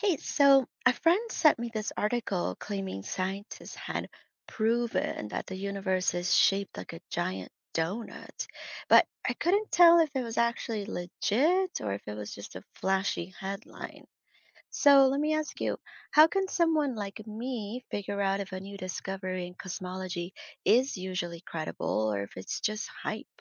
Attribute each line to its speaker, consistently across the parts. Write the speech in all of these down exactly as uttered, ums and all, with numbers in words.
Speaker 1: Hey, so a friend sent me this article claiming scientists had proven that the universe is shaped like a giant donut, but I couldn't tell if it was actually legit or if it was just a flashy headline. So let me ask you, how can someone like me figure out if a new discovery in cosmology is usually credible or if it's just hype?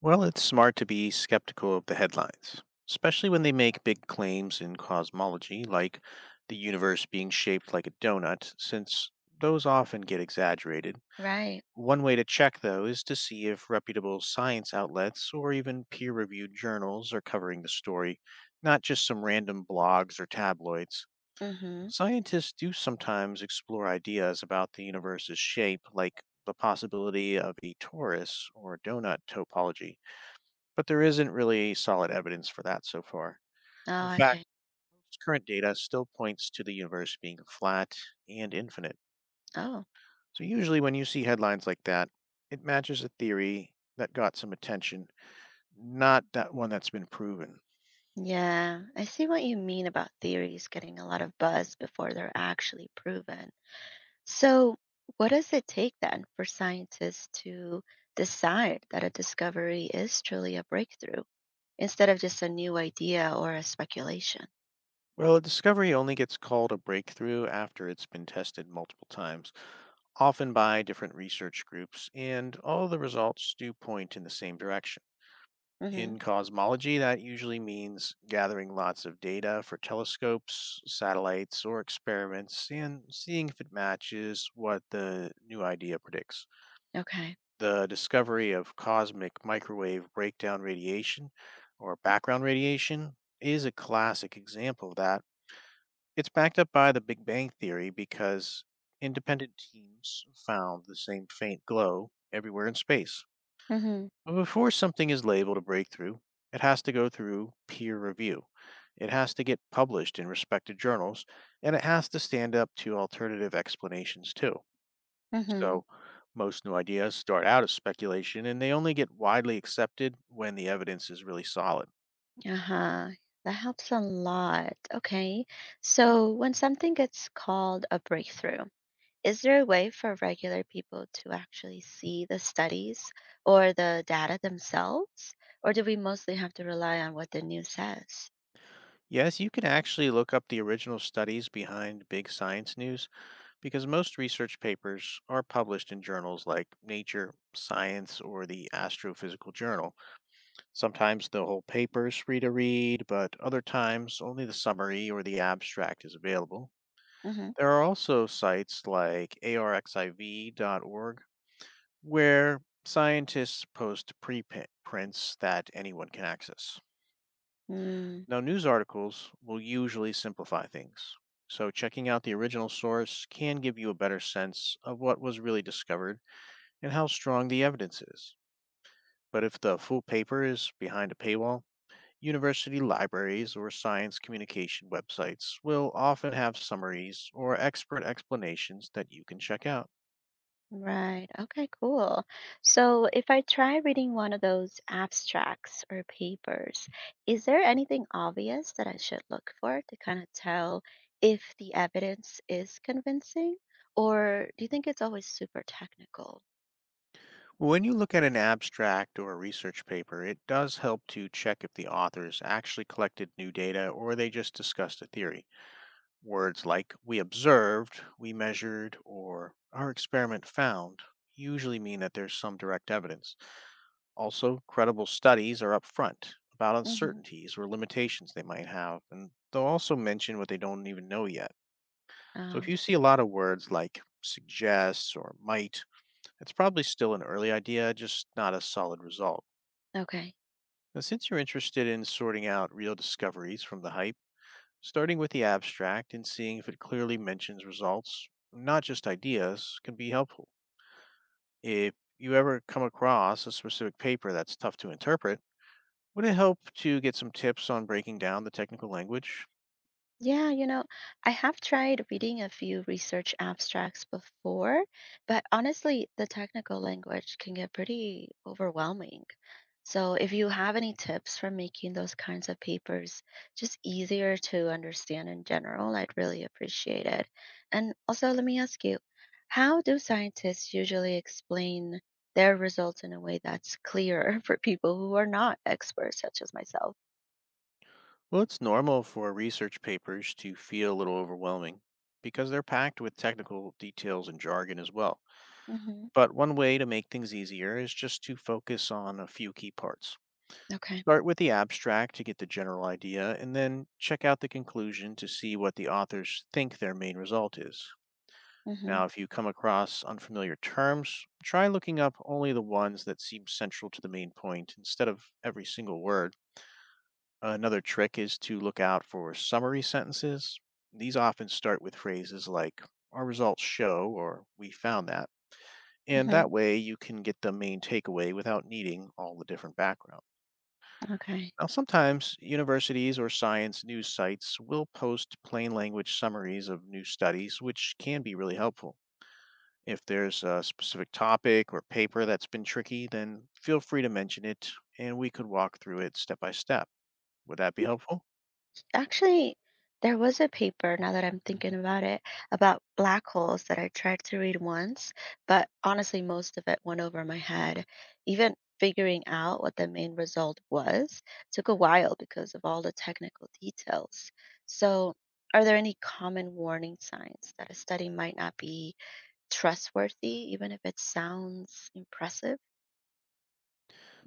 Speaker 2: Well, it's smart to be skeptical of the headlines, especially when they make big claims in cosmology, like the universe being shaped like a donut, since those often get exaggerated.
Speaker 1: Right.
Speaker 2: One way to check, though, is to see if reputable science outlets or even peer reviewed journals are covering the story, not just some random blogs or tabloids.
Speaker 1: Mm-hmm.
Speaker 2: Scientists do sometimes explore ideas about the universe's shape, like the possibility of a torus or donut topology, but there isn't really solid evidence for that so far. In
Speaker 1: Oh,
Speaker 2: fact,
Speaker 1: okay.
Speaker 2: most current data still points to the universe being flat and infinite.
Speaker 1: Oh.
Speaker 2: So, usually, when you see headlines like that, it matches a theory that got some attention, not that one that's been proven.
Speaker 1: Yeah, I see what you mean about theories getting a lot of buzz before they're actually proven. So, what does it take then for scientists to decide that a discovery is truly a breakthrough instead of just a new idea or a speculation?
Speaker 2: Well, a discovery only gets called a breakthrough after it's been tested multiple times, often by different research groups, and all the results do point in the same direction.
Speaker 1: Hmm.
Speaker 2: In cosmology, that usually means gathering lots of data for telescopes, satellites, or experiments and seeing if it matches what the new idea predicts.
Speaker 1: Okay.
Speaker 2: The discovery of cosmic microwave breakdown radiation, or background radiation, is a classic example of that. It's backed up by the Big Bang Theory because independent teams found the same faint glow everywhere in space.
Speaker 1: Hmm.
Speaker 2: But before something is labeled a breakthrough, it has to go through peer review. It has to get published in respected journals, and it has to stand up to alternative explanations too.
Speaker 1: Hmm.
Speaker 2: So, most new ideas start out as speculation and they only get widely accepted when the evidence is really solid.
Speaker 1: Uh-huh. That helps a lot. Okay. So, when something gets called a breakthrough, is there a way for regular people to actually see the studies or the data themselves? Or do we mostly have to rely on what the news says?
Speaker 2: Yes, you can actually look up the original studies behind big science news because most research papers are published in journals like Nature, Science, or the Astrophysical Journal. Sometimes the whole paper is free to read, but other times only the summary or the abstract is available.
Speaker 1: Hmm.
Speaker 2: There are also sites like arxiv dot org where scientists post preprints that anyone can access.
Speaker 1: Mm,
Speaker 2: Now, news articles will usually simplify things, so checking out the original source can give you a better sense of what was really discovered and how strong the evidence is. But if the full paper is behind a paywall, university libraries or science communication websites will often have summaries or expert explanations that you can check out.
Speaker 1: right. Okay, cool. So if I try reading one of those abstracts or papers, is there anything obvious that I should look for to kind of tell if the evidence is convincing? Or do you think it's always super technical?
Speaker 2: When you look at an abstract or a research paper, it does help to check if the authors actually collected new data or they just discussed a theory. Words like we observed, we measured, or our experiment found usually mean that there's some direct evidence. Also, credible studies are upfront about
Speaker 1: Hmm.
Speaker 2: uncertainties or limitations they might have, and they'll also mention what they don't even know yet. So if
Speaker 1: Oh,
Speaker 2: you see a lot of words like suggests or might, it's probably still an early idea, just not a solid result.
Speaker 1: okay.
Speaker 2: Now, since you're interested in sorting out real discoveries from the hype, starting with the abstract and seeing if it clearly mentions results, not just ideas, can be helpful. If you ever come across a specific paper that's tough to interpret, would it help to get some tips on breaking down the technical language?
Speaker 1: Yeah, you know, I have tried reading a few research abstracts before, but honestly, the technical language can get pretty overwhelming. So, if you have any tips for making those kinds of papers just easier to understand in general, I'd really appreciate it. And also, let me ask you, how do scientists usually explain their results in a way that's clear for people who are not experts, such as myself?
Speaker 2: Well, it's normal for research papers to feel a little overwhelming because they're packed with technical details and jargon as well.
Speaker 1: Hmm.
Speaker 2: But one way to make things easier is just to focus on a few key parts.
Speaker 1: Okay.
Speaker 2: Start with the abstract to get the general idea, and then check out the conclusion to see what the authors think their main result is.
Speaker 1: Hmm.
Speaker 2: Now, if you come across unfamiliar terms, try looking up only the ones that seem central to the main point instead of every single word. Another trick is to look out for summary sentences. These often start with phrases like, our results show, or we found that. And
Speaker 1: Hmm.
Speaker 2: that way you can get the main takeaway without needing all the different background.
Speaker 1: Okay.
Speaker 2: Now, sometimes universities or science news sites will post plain language summaries of new studies, which can be really helpful. If there's a specific topic or paper that's been tricky, then feel free to mention it and we could walk through it step by step. Would that be helpful?
Speaker 1: Actually, there was a paper, now that I'm thinking about it, about black holes that I tried to read once, but honestly, most of it went over my head. Even figuring out what the main result was took a while because of all the technical details. So, are there any common warning signs that a study might not be trustworthy, even if it sounds impressive?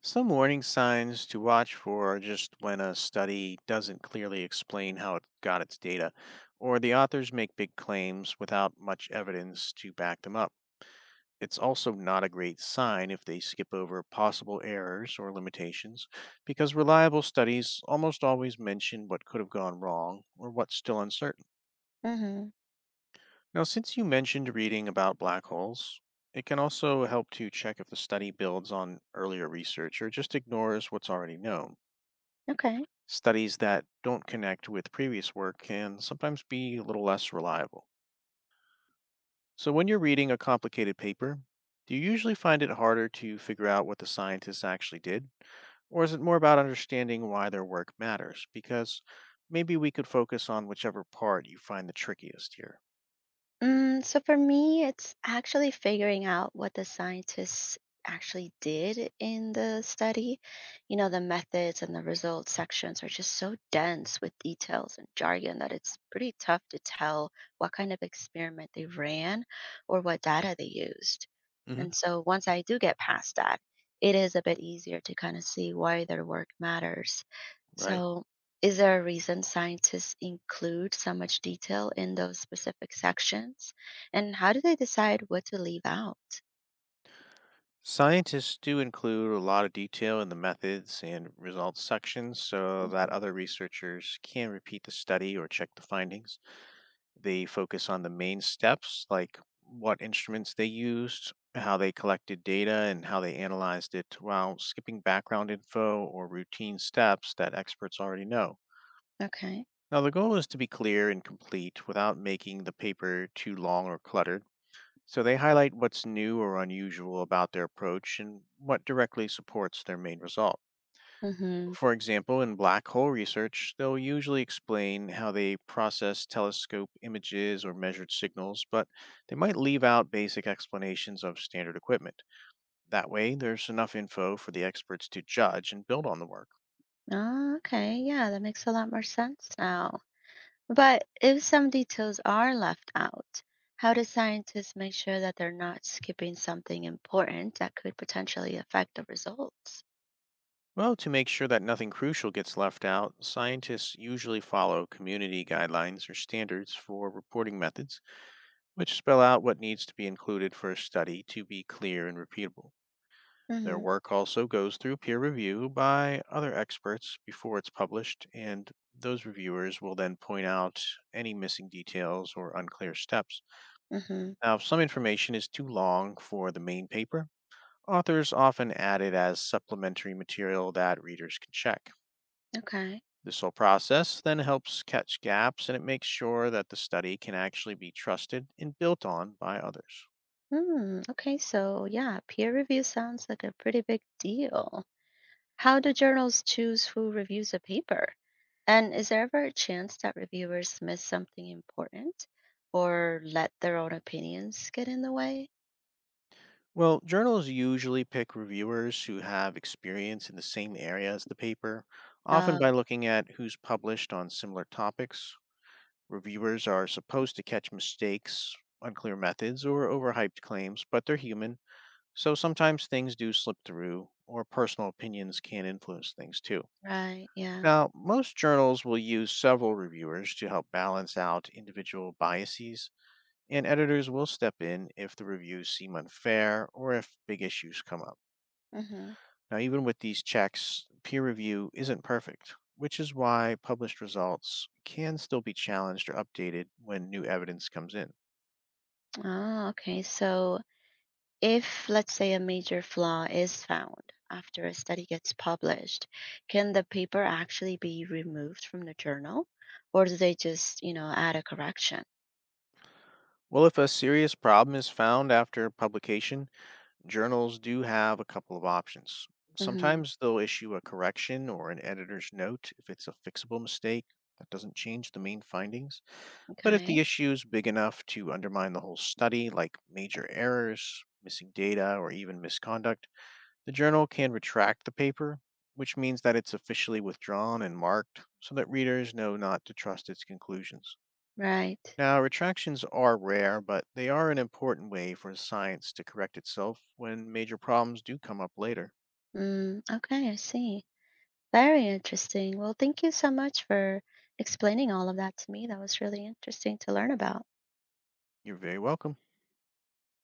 Speaker 2: Some warning signs to watch for are just when a study doesn't clearly explain how it got its data, or the authors make big claims without much evidence to back them up. It's also not a great sign if they skip over possible errors or limitations, because reliable studies almost always mention what could have gone wrong or what's still uncertain.
Speaker 1: Mm-hmm.
Speaker 2: Now, since you mentioned reading about black holes, it can also help to check if the study builds on earlier research or just ignores what's already known.
Speaker 1: Okay.
Speaker 2: Studies that don't connect with previous work can sometimes be a little less reliable. So, when you're reading a complicated paper, do you usually find it harder to figure out what the scientists actually did? Or is it more about understanding why their work matters? Because maybe we could focus on whichever part you find the trickiest here.
Speaker 1: Mm, so for me, it's actually figuring out what the scientists actually did in the study. You know, the methods and the results sections are just so dense with details and jargon that it's pretty tough to tell what kind of experiment they ran or what data they used.
Speaker 2: Hmm.
Speaker 1: And so once I do get past that, it is a bit easier to kind of see why their work matters.
Speaker 2: Right.
Speaker 1: So is there a reason scientists include so much detail in those specific sections? And how do they decide what to leave out?
Speaker 2: Scientists do include a lot of detail in the methods and results sections so that
Speaker 1: Hmm.
Speaker 2: other researchers can repeat the study or check the findings. They focus on the main steps, like what instruments they used, how they collected data, and how they analyzed it, while skipping background info or routine steps that experts already know.
Speaker 1: Okay.
Speaker 2: Now, the goal is to be clear and complete without making the paper too long or cluttered. So they highlight what's new or unusual about their approach and what directly supports their main result.
Speaker 1: Mm-hmm.
Speaker 2: For example, in black hole research, they'll usually explain how they process telescope images or measured signals, but they might leave out basic explanations of standard equipment. That way, there's enough info for the experts to judge and build on the work.
Speaker 1: Oh, okay. Yeah, that makes a lot more sense now. But if some details are left out, how do scientists make sure that they're not skipping something important that could potentially affect the results?
Speaker 2: Well, to make sure that nothing crucial gets left out, scientists usually follow community guidelines or standards for reporting methods, which spell out what needs to be included for a study to be clear and repeatable. Their
Speaker 1: Mm-hmm.
Speaker 2: work also goes through peer review by other experts before it's published, and those reviewers will then point out any missing details or unclear steps.
Speaker 1: Mm-hmm.
Speaker 2: Now, if some information is too long for the main paper, authors often add it as supplementary material that readers can check.
Speaker 1: Okay.
Speaker 2: This whole process then helps catch gaps and it makes sure that the study can actually be trusted and built on by others.
Speaker 1: Hmm. Okay. So yeah, peer review sounds like a pretty big deal. How do journals choose who reviews a paper? And is there ever a chance that reviewers miss something important or let their own opinions get in the way?
Speaker 2: Well, journals usually pick reviewers who have experience in the same area as the paper, often
Speaker 1: Oh,
Speaker 2: by looking at who's published on similar topics. Reviewers are supposed to catch mistakes, unclear methods, or overhyped claims, but they're human, so sometimes things do slip through, or personal opinions can influence things too.
Speaker 1: right. Yeah.
Speaker 2: Now, most journals will use several reviewers to help balance out individual biases, and editors will step in if the reviews seem unfair or if big issues come up.
Speaker 1: Mm-hmm.
Speaker 2: Now, even with these checks, peer review isn't perfect, which is why published results can still be challenged or updated when new evidence comes in.
Speaker 1: Oh, okay. So if, let's say, a major flaw is found after a study gets published, can the paper actually be removed from the journal or do they just, you know, add a correction?
Speaker 2: Well, if a serious problem is found after publication, journals do have a couple of options.
Speaker 1: Mm-hmm.
Speaker 2: Sometimes they'll issue a correction or an editor's note if it's a fixable mistake that doesn't change the main findings. But if
Speaker 1: Okay.
Speaker 2: the issue is big enough to undermine the whole study, like major errors, missing data, or even misconduct, the journal can retract the paper, which means that it's officially withdrawn and marked so that readers know not to trust its conclusions.
Speaker 1: Right.
Speaker 2: Now, retractions are rare, but they are an important way for science to correct itself when major problems do come up later.
Speaker 1: Mm, okay. I see. Very interesting. Well, thank you so much for explaining all of that to me. That was really interesting to learn about.
Speaker 2: You're very welcome.